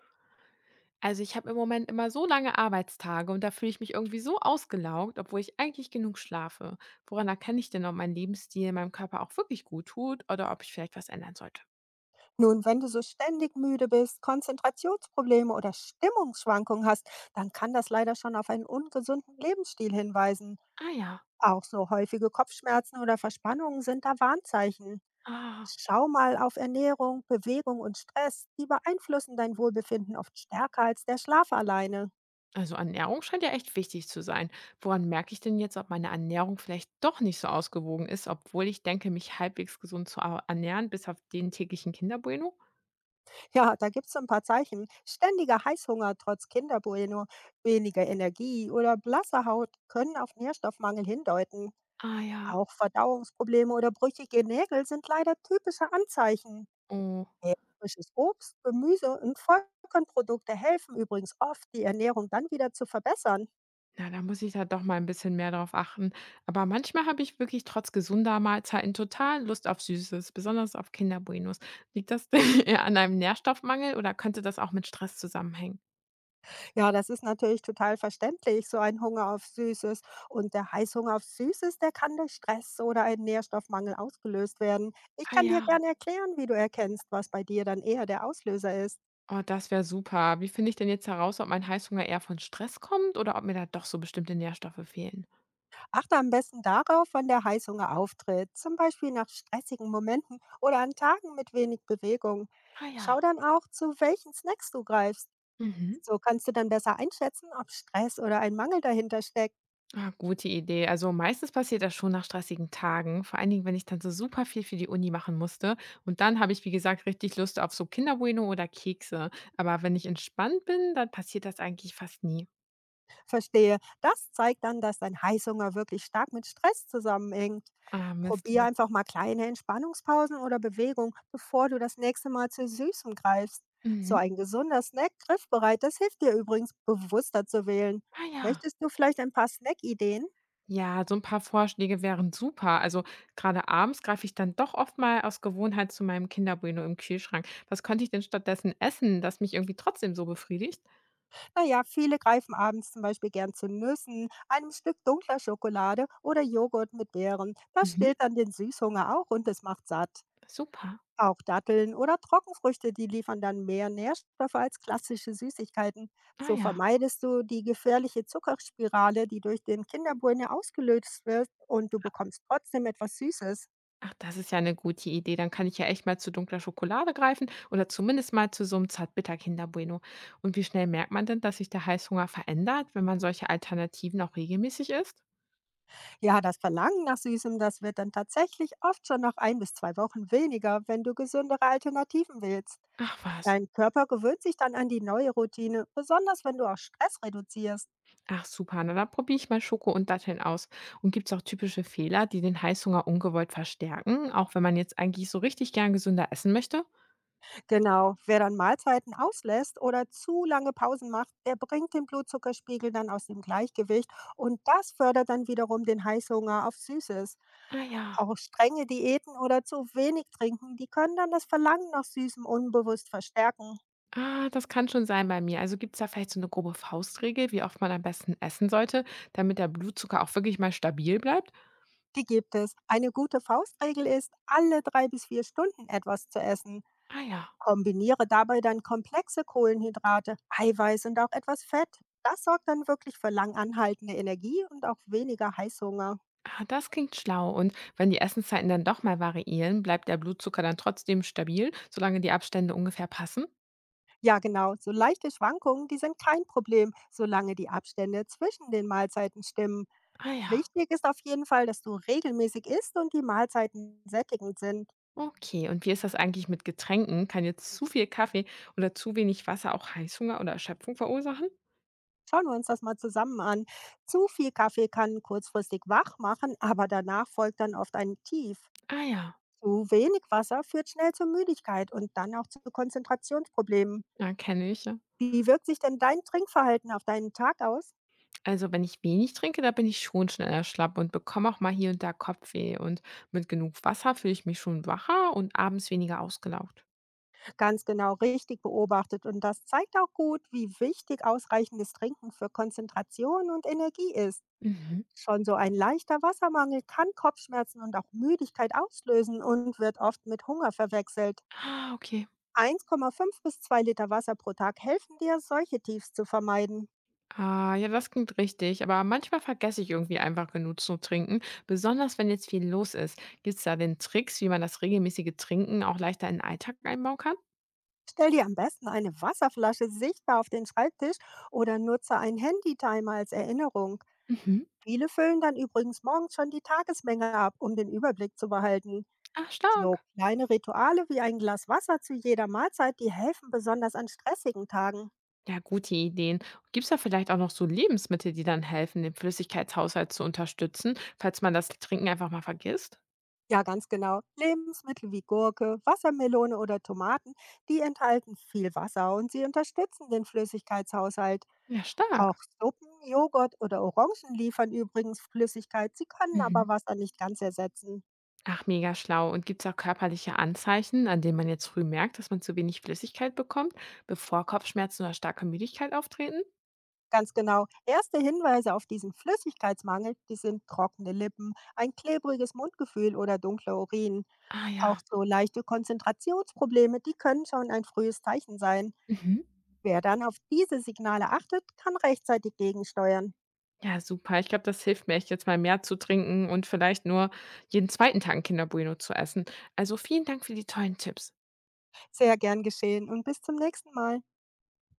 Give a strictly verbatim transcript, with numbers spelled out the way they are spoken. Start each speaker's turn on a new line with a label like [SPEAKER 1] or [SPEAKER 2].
[SPEAKER 1] Also ich habe im Moment immer so lange Arbeitstage und da fühle ich mich irgendwie so ausgelaugt, obwohl ich eigentlich genug schlafe. Woran erkenne ich denn, ob mein Lebensstil meinem Körper auch wirklich gut tut oder ob ich vielleicht was ändern sollte?
[SPEAKER 2] Nun, wenn du so ständig müde bist, Konzentrationsprobleme oder Stimmungsschwankungen hast, dann kann das leider schon auf einen ungesunden Lebensstil hinweisen.
[SPEAKER 1] Ah ja.
[SPEAKER 2] Auch so häufige Kopfschmerzen oder Verspannungen sind da Warnzeichen.
[SPEAKER 1] Ah.
[SPEAKER 2] Schau mal auf Ernährung, Bewegung und Stress. Die beeinflussen dein Wohlbefinden oft stärker als der Schlaf alleine.
[SPEAKER 1] Also Ernährung scheint ja echt wichtig zu sein. Woran merke ich denn jetzt, ob meine Ernährung vielleicht doch nicht so ausgewogen ist, obwohl ich denke, mich halbwegs gesund zu au- ernähren, bis auf den täglichen Kinderbueno?
[SPEAKER 2] Ja, da gibt es ein paar Zeichen. Ständiger Heißhunger trotz Kinderbueno, weniger Energie oder blasse Haut können auf Nährstoffmangel hindeuten.
[SPEAKER 1] Ah ja.
[SPEAKER 2] Auch Verdauungsprobleme oder brüchige Nägel sind leider typische Anzeichen.
[SPEAKER 1] Oh.
[SPEAKER 2] Mehr frisches Obst, Gemüse und Vollkornprodukte helfen übrigens oft, die Ernährung dann wieder zu verbessern.
[SPEAKER 1] Na, da muss ich da doch mal ein bisschen mehr drauf achten. Aber manchmal habe ich wirklich trotz gesunder Mahlzeiten total Lust auf Süßes, besonders auf Kinderbuenos. Liegt das denn eher an einem Nährstoffmangel oder könnte das auch mit Stress zusammenhängen?
[SPEAKER 2] Ja, das ist natürlich total verständlich, so ein Hunger auf Süßes. Und der Heißhunger auf Süßes, der kann durch Stress oder einen Nährstoffmangel ausgelöst werden. Ich
[SPEAKER 1] Ah
[SPEAKER 2] kann dir
[SPEAKER 1] ja.
[SPEAKER 2] gerne erklären, wie du erkennst, was bei dir dann eher der Auslöser ist.
[SPEAKER 1] Oh, das wäre super. Wie finde ich denn jetzt heraus, ob mein Heißhunger eher von Stress kommt oder ob mir da doch so bestimmte Nährstoffe fehlen?
[SPEAKER 2] Achte am besten darauf, wann der Heißhunger auftritt, zum Beispiel nach stressigen Momenten oder an Tagen mit wenig Bewegung.
[SPEAKER 1] Ah
[SPEAKER 2] Schau
[SPEAKER 1] ja.
[SPEAKER 2] dann auch, zu welchen Snacks du greifst.
[SPEAKER 1] Mhm.
[SPEAKER 2] So kannst du dann besser einschätzen, ob Stress oder ein Mangel dahinter steckt.
[SPEAKER 1] Ah, gute Idee. Also meistens passiert das schon nach stressigen Tagen, vor allen Dingen, wenn ich dann so super viel für die Uni machen musste. Und dann habe ich, wie gesagt, richtig Lust auf so Kinderbueno oder Kekse. Aber wenn ich entspannt bin, dann passiert das eigentlich fast nie.
[SPEAKER 2] Verstehe. Das zeigt dann, dass dein Heißhunger wirklich stark mit Stress zusammenhängt.
[SPEAKER 1] Ah, Mist,
[SPEAKER 2] Probier
[SPEAKER 1] ja.
[SPEAKER 2] einfach mal kleine Entspannungspausen oder Bewegung, bevor du das nächste Mal zu Süßem greifst. So
[SPEAKER 1] Mhm.
[SPEAKER 2] ein gesunder Snack griffbereit, das hilft dir übrigens, bewusster zu wählen.
[SPEAKER 1] Ah ja.
[SPEAKER 2] Möchtest du vielleicht ein paar Snack-Ideen?
[SPEAKER 1] Ja, so ein paar Vorschläge wären super. Also gerade abends greife ich dann doch oft mal aus Gewohnheit zu meinem Kinderbueno im Kühlschrank. Was könnte ich denn stattdessen essen, das mich irgendwie trotzdem so befriedigt?
[SPEAKER 2] Naja, viele greifen abends zum Beispiel gern zu Nüssen, einem Stück dunkler Schokolade oder Joghurt mit Beeren. Das
[SPEAKER 1] Mhm.
[SPEAKER 2] stillt dann den Süßhunger auch und es macht satt.
[SPEAKER 1] Super.
[SPEAKER 2] Auch Datteln oder Trockenfrüchte, die liefern dann mehr Nährstoffe als klassische Süßigkeiten.
[SPEAKER 1] Ah
[SPEAKER 2] So
[SPEAKER 1] ja.
[SPEAKER 2] vermeidest du die gefährliche Zuckerspirale, die durch den Kinderbrunnen ja ausgelöst wird und du bekommst trotzdem etwas Süßes.
[SPEAKER 1] Ach, das ist ja eine gute Idee. Dann kann ich ja echt mal zu dunkler Schokolade greifen oder zumindest mal zu so 'm Zartbitter Kinder Bueno. Und wie schnell merkt man denn, dass sich der Heißhunger verändert, wenn man solche Alternativen auch regelmäßig isst?
[SPEAKER 2] Ja, das Verlangen nach Süßem, das wird dann tatsächlich oft schon nach ein bis zwei Wochen weniger, wenn du gesündere Alternativen willst.
[SPEAKER 1] Ach was.
[SPEAKER 2] Dein Körper gewöhnt sich dann an die neue Routine, besonders wenn du auch Stress reduzierst.
[SPEAKER 1] Ach super, na, dann probiere ich mal Schoko und Datteln aus. Und gibt's auch typische Fehler, die den Heißhunger ungewollt verstärken, auch wenn man jetzt eigentlich so richtig gern gesünder essen möchte?
[SPEAKER 2] Genau, wer dann Mahlzeiten auslässt oder zu lange Pausen macht, der bringt den Blutzuckerspiegel dann aus dem Gleichgewicht und das fördert dann wiederum den Heißhunger auf Süßes.
[SPEAKER 1] Ah ja.
[SPEAKER 2] Auch strenge Diäten oder zu wenig trinken, die können dann das Verlangen nach Süßem unbewusst verstärken.
[SPEAKER 1] Ah, das kann schon sein bei mir. Also gibt's da vielleicht so eine grobe Faustregel, wie oft man am besten essen sollte, damit der Blutzucker auch wirklich mal stabil bleibt?
[SPEAKER 2] Die gibt es. Eine gute Faustregel ist, alle drei bis vier Stunden etwas zu essen.
[SPEAKER 1] Ah ja,
[SPEAKER 2] Kombiniere dabei dann komplexe Kohlenhydrate, Eiweiß und auch etwas Fett. Das sorgt dann wirklich für langanhaltende Energie und auch weniger Heißhunger.
[SPEAKER 1] ah, das klingt schlau. Und wenn die Essenszeiten dann doch mal variieren, bleibt der Blutzucker dann trotzdem stabil, solange die Abstände ungefähr passen?
[SPEAKER 2] Ja, genau. So leichte Schwankungen, die sind kein Problem, solange die Abstände zwischen den Mahlzeiten stimmen.
[SPEAKER 1] Ah ja,
[SPEAKER 2] Wichtig ist auf jeden Fall, dass du regelmäßig isst und die Mahlzeiten sättigend sind.
[SPEAKER 1] okay. Und wie ist das eigentlich mit Getränken? Kann jetzt zu viel Kaffee oder zu wenig Wasser auch Heißhunger oder Erschöpfung verursachen?
[SPEAKER 2] Schauen wir uns das mal zusammen an. Zu viel Kaffee kann kurzfristig wach machen, aber danach folgt dann oft ein Tief.
[SPEAKER 1] Ah ja,
[SPEAKER 2] Zu wenig Wasser führt schnell zur Müdigkeit und dann auch zu Konzentrationsproblemen.
[SPEAKER 1] ja kenne ich. Ja.
[SPEAKER 2] Wie wirkt sich denn dein Trinkverhalten auf deinen Tag aus?
[SPEAKER 1] Also wenn ich wenig trinke, da bin ich schon schneller schlapp und bekomme auch mal hier und da Kopfweh. Und mit genug Wasser fühle ich mich schon wacher und abends weniger ausgelaugt.
[SPEAKER 2] Ganz genau richtig beobachtet. Und das zeigt auch gut, wie wichtig ausreichendes Trinken für Konzentration und Energie ist.
[SPEAKER 1] Mhm.
[SPEAKER 2] Schon so ein leichter Wassermangel kann Kopfschmerzen und auch Müdigkeit auslösen und wird oft mit Hunger verwechselt.
[SPEAKER 1] Ah, okay.
[SPEAKER 2] eins Komma fünf bis zwei Liter Wasser pro Tag helfen dir, solche Tiefs zu vermeiden.
[SPEAKER 1] Ah, ja, das klingt richtig. Aber manchmal vergesse ich irgendwie einfach genug zu trinken, besonders wenn jetzt viel los ist. Gibt es da denn Tricks, wie man das regelmäßige Trinken auch leichter in den Alltag einbauen kann?
[SPEAKER 2] Stell dir am besten eine Wasserflasche sichtbar auf den Schreibtisch oder nutze einen Handy-Timer als Erinnerung.
[SPEAKER 1] Mhm.
[SPEAKER 2] Viele füllen dann übrigens morgens schon die Tagesmenge ab, um den Überblick zu behalten.
[SPEAKER 1] Ach,
[SPEAKER 2] So
[SPEAKER 1] stark.
[SPEAKER 2] kleine Rituale wie ein Glas Wasser zu jeder Mahlzeit, die helfen besonders an stressigen Tagen.
[SPEAKER 1] Ja, gute Ideen. Gibt es da vielleicht auch noch so Lebensmittel, die dann helfen, den Flüssigkeitshaushalt zu unterstützen, falls man das Trinken einfach mal vergisst?
[SPEAKER 2] Ja, ganz genau. Lebensmittel wie Gurke, Wassermelone oder Tomaten, die enthalten viel Wasser und sie unterstützen den Flüssigkeitshaushalt.
[SPEAKER 1] Ja,
[SPEAKER 2] Auch
[SPEAKER 1] stark.
[SPEAKER 2] Suppen, Joghurt oder Orangen liefern übrigens Flüssigkeit, sie können
[SPEAKER 1] Mhm.
[SPEAKER 2] aber Wasser nicht ganz ersetzen.
[SPEAKER 1] Ach, mega schlau. Und gibt es auch körperliche Anzeichen, an denen man jetzt früh merkt, dass man zu wenig Flüssigkeit bekommt, bevor Kopfschmerzen oder starke Müdigkeit auftreten?
[SPEAKER 2] Ganz genau. Erste Hinweise auf diesen Flüssigkeitsmangel, die sind trockene Lippen, ein klebriges Mundgefühl oder dunkler Urin.
[SPEAKER 1] Ah
[SPEAKER 2] Auch
[SPEAKER 1] ja,
[SPEAKER 2] so leichte Konzentrationsprobleme, die können schon ein frühes Zeichen sein.
[SPEAKER 1] Mhm.
[SPEAKER 2] Wer dann auf diese Signale achtet, kann rechtzeitig gegensteuern.
[SPEAKER 1] Ja, super. Ich glaube, das hilft mir echt jetzt mal mehr zu trinken und vielleicht nur jeden zweiten Tag ein Kinderbueno zu essen. Also, vielen Dank für die tollen Tipps.
[SPEAKER 2] Sehr gern geschehen und bis zum nächsten Mal.